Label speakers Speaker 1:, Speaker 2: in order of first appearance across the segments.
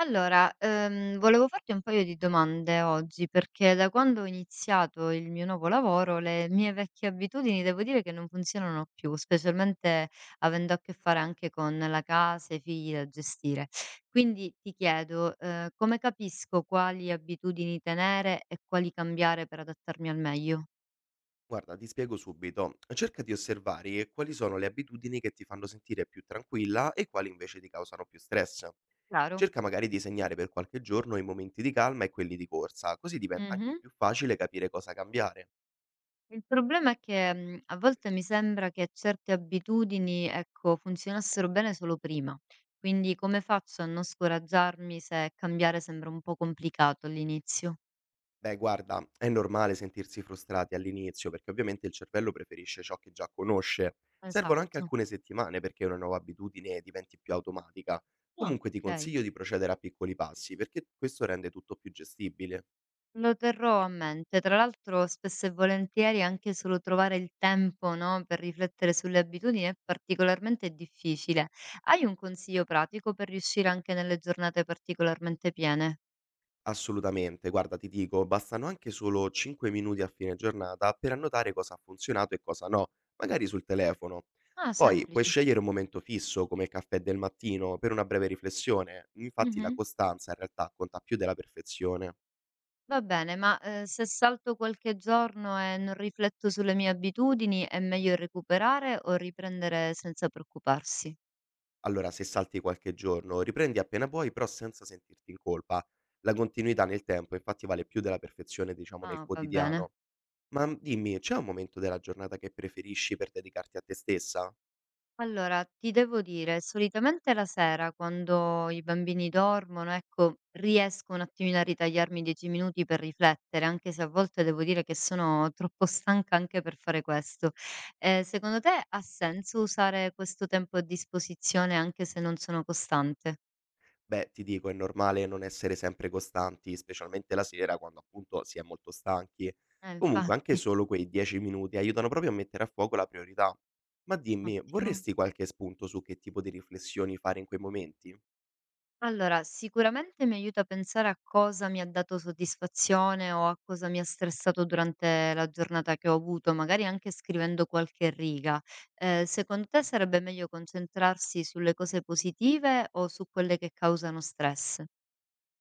Speaker 1: Allora, volevo farti un paio di domande oggi, perché da quando ho iniziato il mio nuovo lavoro, le mie vecchie abitudini devo dire che non funzionano più, specialmente avendo a che fare anche con la casa, e i figli da gestire. Quindi ti chiedo, come capisco quali abitudini tenere e quali cambiare per adattarmi al meglio?
Speaker 2: Guarda, ti spiego subito. Cerca di osservare quali sono le abitudini che ti fanno sentire più tranquilla e quali invece ti causano più stress.
Speaker 1: Chiaro?
Speaker 2: Cerca magari di segnare per qualche giorno i momenti di calma e quelli di corsa, così diventa anche
Speaker 1: Mhm.
Speaker 2: più facile capire cosa cambiare.
Speaker 1: Il problema è che, a volte mi sembra che certe abitudini, ecco, funzionassero bene solo prima. Quindi come faccio a non scoraggiarmi se cambiare sembra un po' complicato all'inizio?
Speaker 2: Beh, guarda, è normale sentirsi frustrati all'inizio perché ovviamente il cervello preferisce ciò che già conosce. Servono anche
Speaker 1: Esatto.
Speaker 2: alcune settimane perché una nuova abitudine diventi più automatica.
Speaker 1: Ah,
Speaker 2: Comunque ti
Speaker 1: okay.
Speaker 2: consiglio di procedere a piccoli passi perché questo rende tutto più gestibile.
Speaker 1: Lo terrò a mente. Tra l'altro spesso e volentieri anche solo trovare il tempo, no, per riflettere sulle abitudini è particolarmente difficile. Hai un consiglio pratico per riuscire anche nelle giornate particolarmente piene?
Speaker 2: Assolutamente, guarda ti dico, bastano anche solo 5 minuti a fine giornata per annotare cosa ha funzionato e cosa no, magari sul telefono.
Speaker 1: Ah,
Speaker 2: Poi puoi
Speaker 1: semplice.
Speaker 2: scegliere un momento fisso come il caffè del mattino per una breve riflessione, infatti la
Speaker 1: Mh-mh.
Speaker 2: costanza in realtà conta più della perfezione.
Speaker 1: Va bene, ma, se salto qualche giorno e non rifletto sulle mie abitudini, è meglio recuperare o riprendere senza preoccuparsi?
Speaker 2: Allora se salti qualche giorno, riprendi appena puoi però senza sentirti in colpa. La continuità nel tempo infatti vale più della perfezione diciamo nel
Speaker 1: Ah, va bene.
Speaker 2: quotidiano. Ma dimmi, c'è un momento della giornata che preferisci per dedicarti a te stessa?
Speaker 1: Allora, ti devo dire, solitamente la sera quando i bambini dormono, ecco, riesco un attimino a ritagliarmi 10 minuti per riflettere, anche se a volte devo dire che sono troppo stanca anche per fare questo. Secondo te ha senso usare questo tempo a disposizione anche se non sono costante?
Speaker 2: Beh, ti dico, è normale non essere sempre costanti, specialmente la sera quando appunto si è molto stanchi. Comunque, anche
Speaker 1: Infatti,
Speaker 2: solo quei 10 minuti aiutano proprio a mettere a fuoco la priorità. Ma dimmi,
Speaker 1: ottimo.
Speaker 2: vorresti qualche spunto su che tipo di riflessioni fare in quei momenti?
Speaker 1: Allora, sicuramente mi aiuta a pensare a cosa mi ha dato soddisfazione o a cosa mi ha stressato durante la giornata che ho avuto, magari anche scrivendo qualche riga. Secondo te sarebbe meglio concentrarsi sulle cose positive o su quelle che causano stress?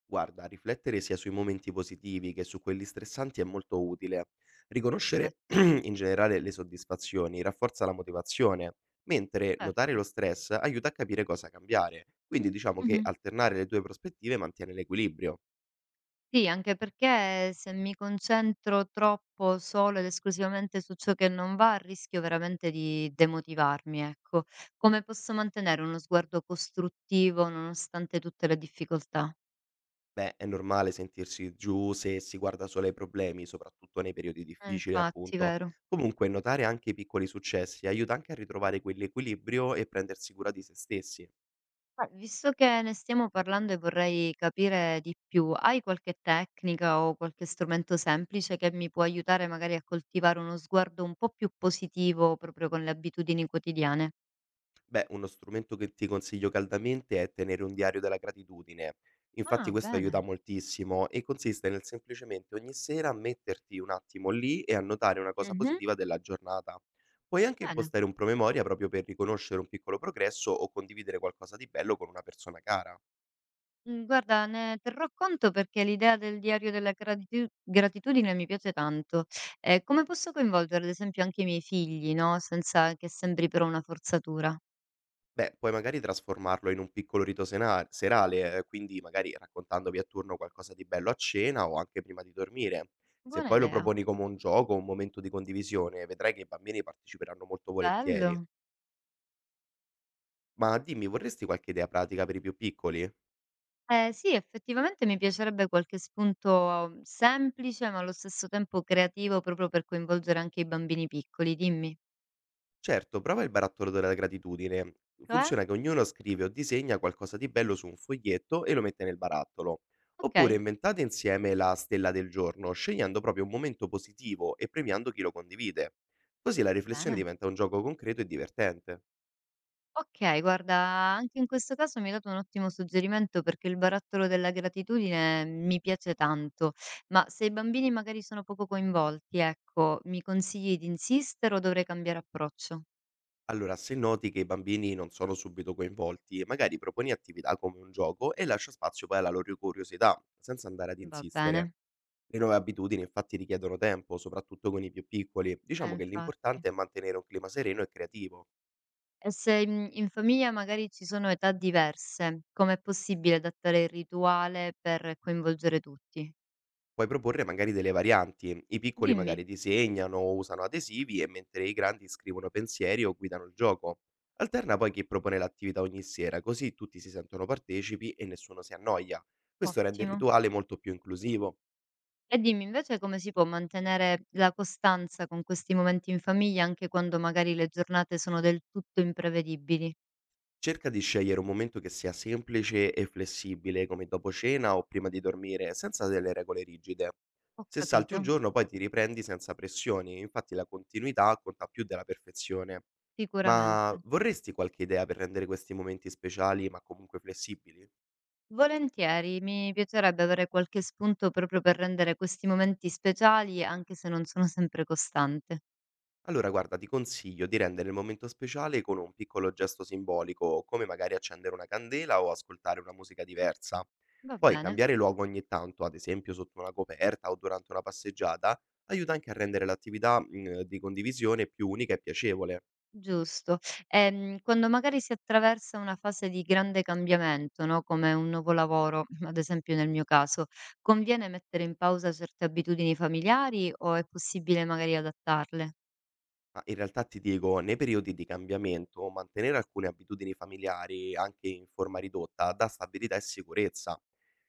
Speaker 2: Guarda, riflettere sia sui momenti positivi che su quelli stressanti è molto utile. Riconoscere
Speaker 1: Perfetto,
Speaker 2: in generale le soddisfazioni rafforza la motivazione, mentre notare
Speaker 1: certo.
Speaker 2: lo stress aiuta a capire cosa cambiare. Quindi diciamo che
Speaker 1: Mhm.
Speaker 2: alternare le due prospettive mantiene l'equilibrio.
Speaker 1: Sì, anche perché se mi concentro troppo solo ed esclusivamente su ciò che non va, rischio veramente di demotivarmi, ecco. Come posso mantenere uno sguardo costruttivo nonostante tutte le difficoltà?
Speaker 2: Beh, è normale sentirsi giù se si guarda solo ai problemi, soprattutto nei periodi difficili,
Speaker 1: Infatti,
Speaker 2: appunto.
Speaker 1: vero.
Speaker 2: Comunque, notare anche i piccoli successi aiuta anche a ritrovare quell'equilibrio e prendersi cura di se stessi.
Speaker 1: Visto che ne stiamo parlando e vorrei capire di più, hai qualche tecnica o qualche strumento semplice che mi può aiutare magari a coltivare uno sguardo un po' più positivo proprio con le abitudini quotidiane?
Speaker 2: Beh, uno strumento che ti consiglio caldamente è tenere un diario della gratitudine.
Speaker 1: Ah,
Speaker 2: Infatti questo aiuta
Speaker 1: bene.
Speaker 2: moltissimo e consiste nel semplicemente ogni sera metterti un attimo lì e annotare una cosa
Speaker 1: Mhm.
Speaker 2: positiva della giornata. Puoi anche
Speaker 1: Bene.
Speaker 2: impostare un promemoria proprio per riconoscere un piccolo progresso o condividere qualcosa di bello con una persona cara.
Speaker 1: Mhmm, guarda ne terrò conto perché l'idea del diario della gratitudine mi piace tanto. Come posso coinvolgere ad esempio anche i miei figli, no, senza che sembri però una forzatura?
Speaker 2: Beh, puoi magari trasformarlo in un piccolo rito sena serale, quindi magari raccontandovi a turno qualcosa di bello a cena o anche prima di dormire. Se
Speaker 1: Buona
Speaker 2: poi lo
Speaker 1: idea,
Speaker 2: proponi come un gioco, un momento di condivisione, vedrai che i bambini parteciperanno molto volentieri.
Speaker 1: bello.
Speaker 2: Ma dimmi, vorresti qualche idea pratica per i più piccoli?
Speaker 1: Eh sì, effettivamente mi piacerebbe qualche spunto semplice, ma allo stesso tempo creativo proprio per coinvolgere anche i bambini piccoli, dimmi.
Speaker 2: Certo, prova il barattolo della gratitudine.
Speaker 1: Cioè?
Speaker 2: Funziona che ognuno scrive o disegna qualcosa di bello su un foglietto e lo mette nel barattolo. Oppure
Speaker 1: Okay,
Speaker 2: inventate insieme la stella del giorno, scegliendo proprio un momento positivo e premiando chi lo condivide. Così la riflessione
Speaker 1: bene.
Speaker 2: diventa un gioco concreto e divertente.
Speaker 1: Okay, guarda, anche in questo caso mi hai dato un ottimo suggerimento perché il barattolo della gratitudine mi piace tanto, ma se i bambini magari sono poco coinvolti, ecco, mi consigli di insistere o dovrei cambiare approccio?
Speaker 2: Allora, se noti che i bambini non sono subito coinvolti, magari proponi attività come un gioco e lascia spazio poi alla loro curiosità, senza andare ad
Speaker 1: Va
Speaker 2: insistere.
Speaker 1: bene,
Speaker 2: Le nuove abitudini infatti richiedono tempo, soprattutto con i più piccoli. Diciamo che
Speaker 1: infatti.
Speaker 2: l'importante è mantenere un clima sereno e creativo.
Speaker 1: E se, in famiglia magari ci sono età diverse, com'è possibile adattare il rituale per coinvolgere tutti?
Speaker 2: Puoi proporre magari delle varianti. I piccoli
Speaker 1: Dimmi,
Speaker 2: magari disegnano o usano adesivi e mentre i grandi scrivono pensieri o guidano il gioco. Alterna poi chi propone l'attività ogni sera, così tutti si sentono partecipi e nessuno si annoia. Questo rende il
Speaker 1: ottimo.
Speaker 2: rituale molto più inclusivo.
Speaker 1: E dimmi invece come si può mantenere la costanza con questi momenti in famiglia anche quando magari le giornate sono del tutto imprevedibili?
Speaker 2: Cerca di scegliere un momento che sia semplice e flessibile, come dopo cena o prima di dormire, senza delle regole rigide.
Speaker 1: Ho
Speaker 2: Se salti un
Speaker 1: capito,
Speaker 2: giorno poi ti riprendi senza pressioni, infatti la continuità conta più della perfezione. Ma
Speaker 1: sicuramente.
Speaker 2: vorresti qualche idea per rendere questi momenti speciali ma comunque flessibili?
Speaker 1: Volentieri, mi piacerebbe avere qualche spunto proprio per rendere questi momenti speciali, anche se non sono sempre costante.
Speaker 2: Allora guarda, ti consiglio di rendere il momento speciale con un piccolo gesto simbolico, come magari accendere una candela o ascoltare una musica diversa.
Speaker 1: Va
Speaker 2: Poi
Speaker 1: bene.
Speaker 2: cambiare luogo ogni tanto, ad esempio sotto una coperta o durante una passeggiata, aiuta anche a rendere l'attività di condivisione più unica e piacevole.
Speaker 1: Giusto. Quando magari si attraversa una fase di grande cambiamento, no, come un nuovo lavoro, ad esempio nel mio caso, conviene mettere in pausa certe abitudini familiari o è possibile magari adattarle?
Speaker 2: Ma in realtà ti dico, nei periodi di cambiamento, mantenere alcune abitudini familiari, anche in forma ridotta, dà stabilità e sicurezza.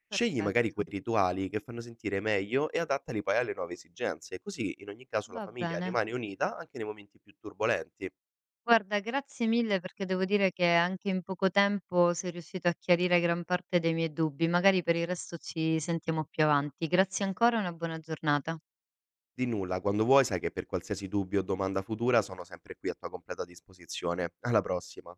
Speaker 2: Scegli magari
Speaker 1: Perfetto,
Speaker 2: quei rituali che fanno sentire meglio e adattali poi alle nuove esigenze, così in ogni caso la
Speaker 1: va
Speaker 2: famiglia
Speaker 1: bene.
Speaker 2: rimane unita anche nei momenti più turbolenti.
Speaker 1: Guarda, grazie mille perché devo dire che anche in poco tempo sei riuscito a chiarire gran parte dei miei dubbi. Magari per il resto ci sentiamo più avanti. Grazie ancora e una buona giornata.
Speaker 2: Di nulla, quando vuoi sai che per qualsiasi dubbio o domanda futura sono sempre qui a tua completa disposizione. Alla prossima!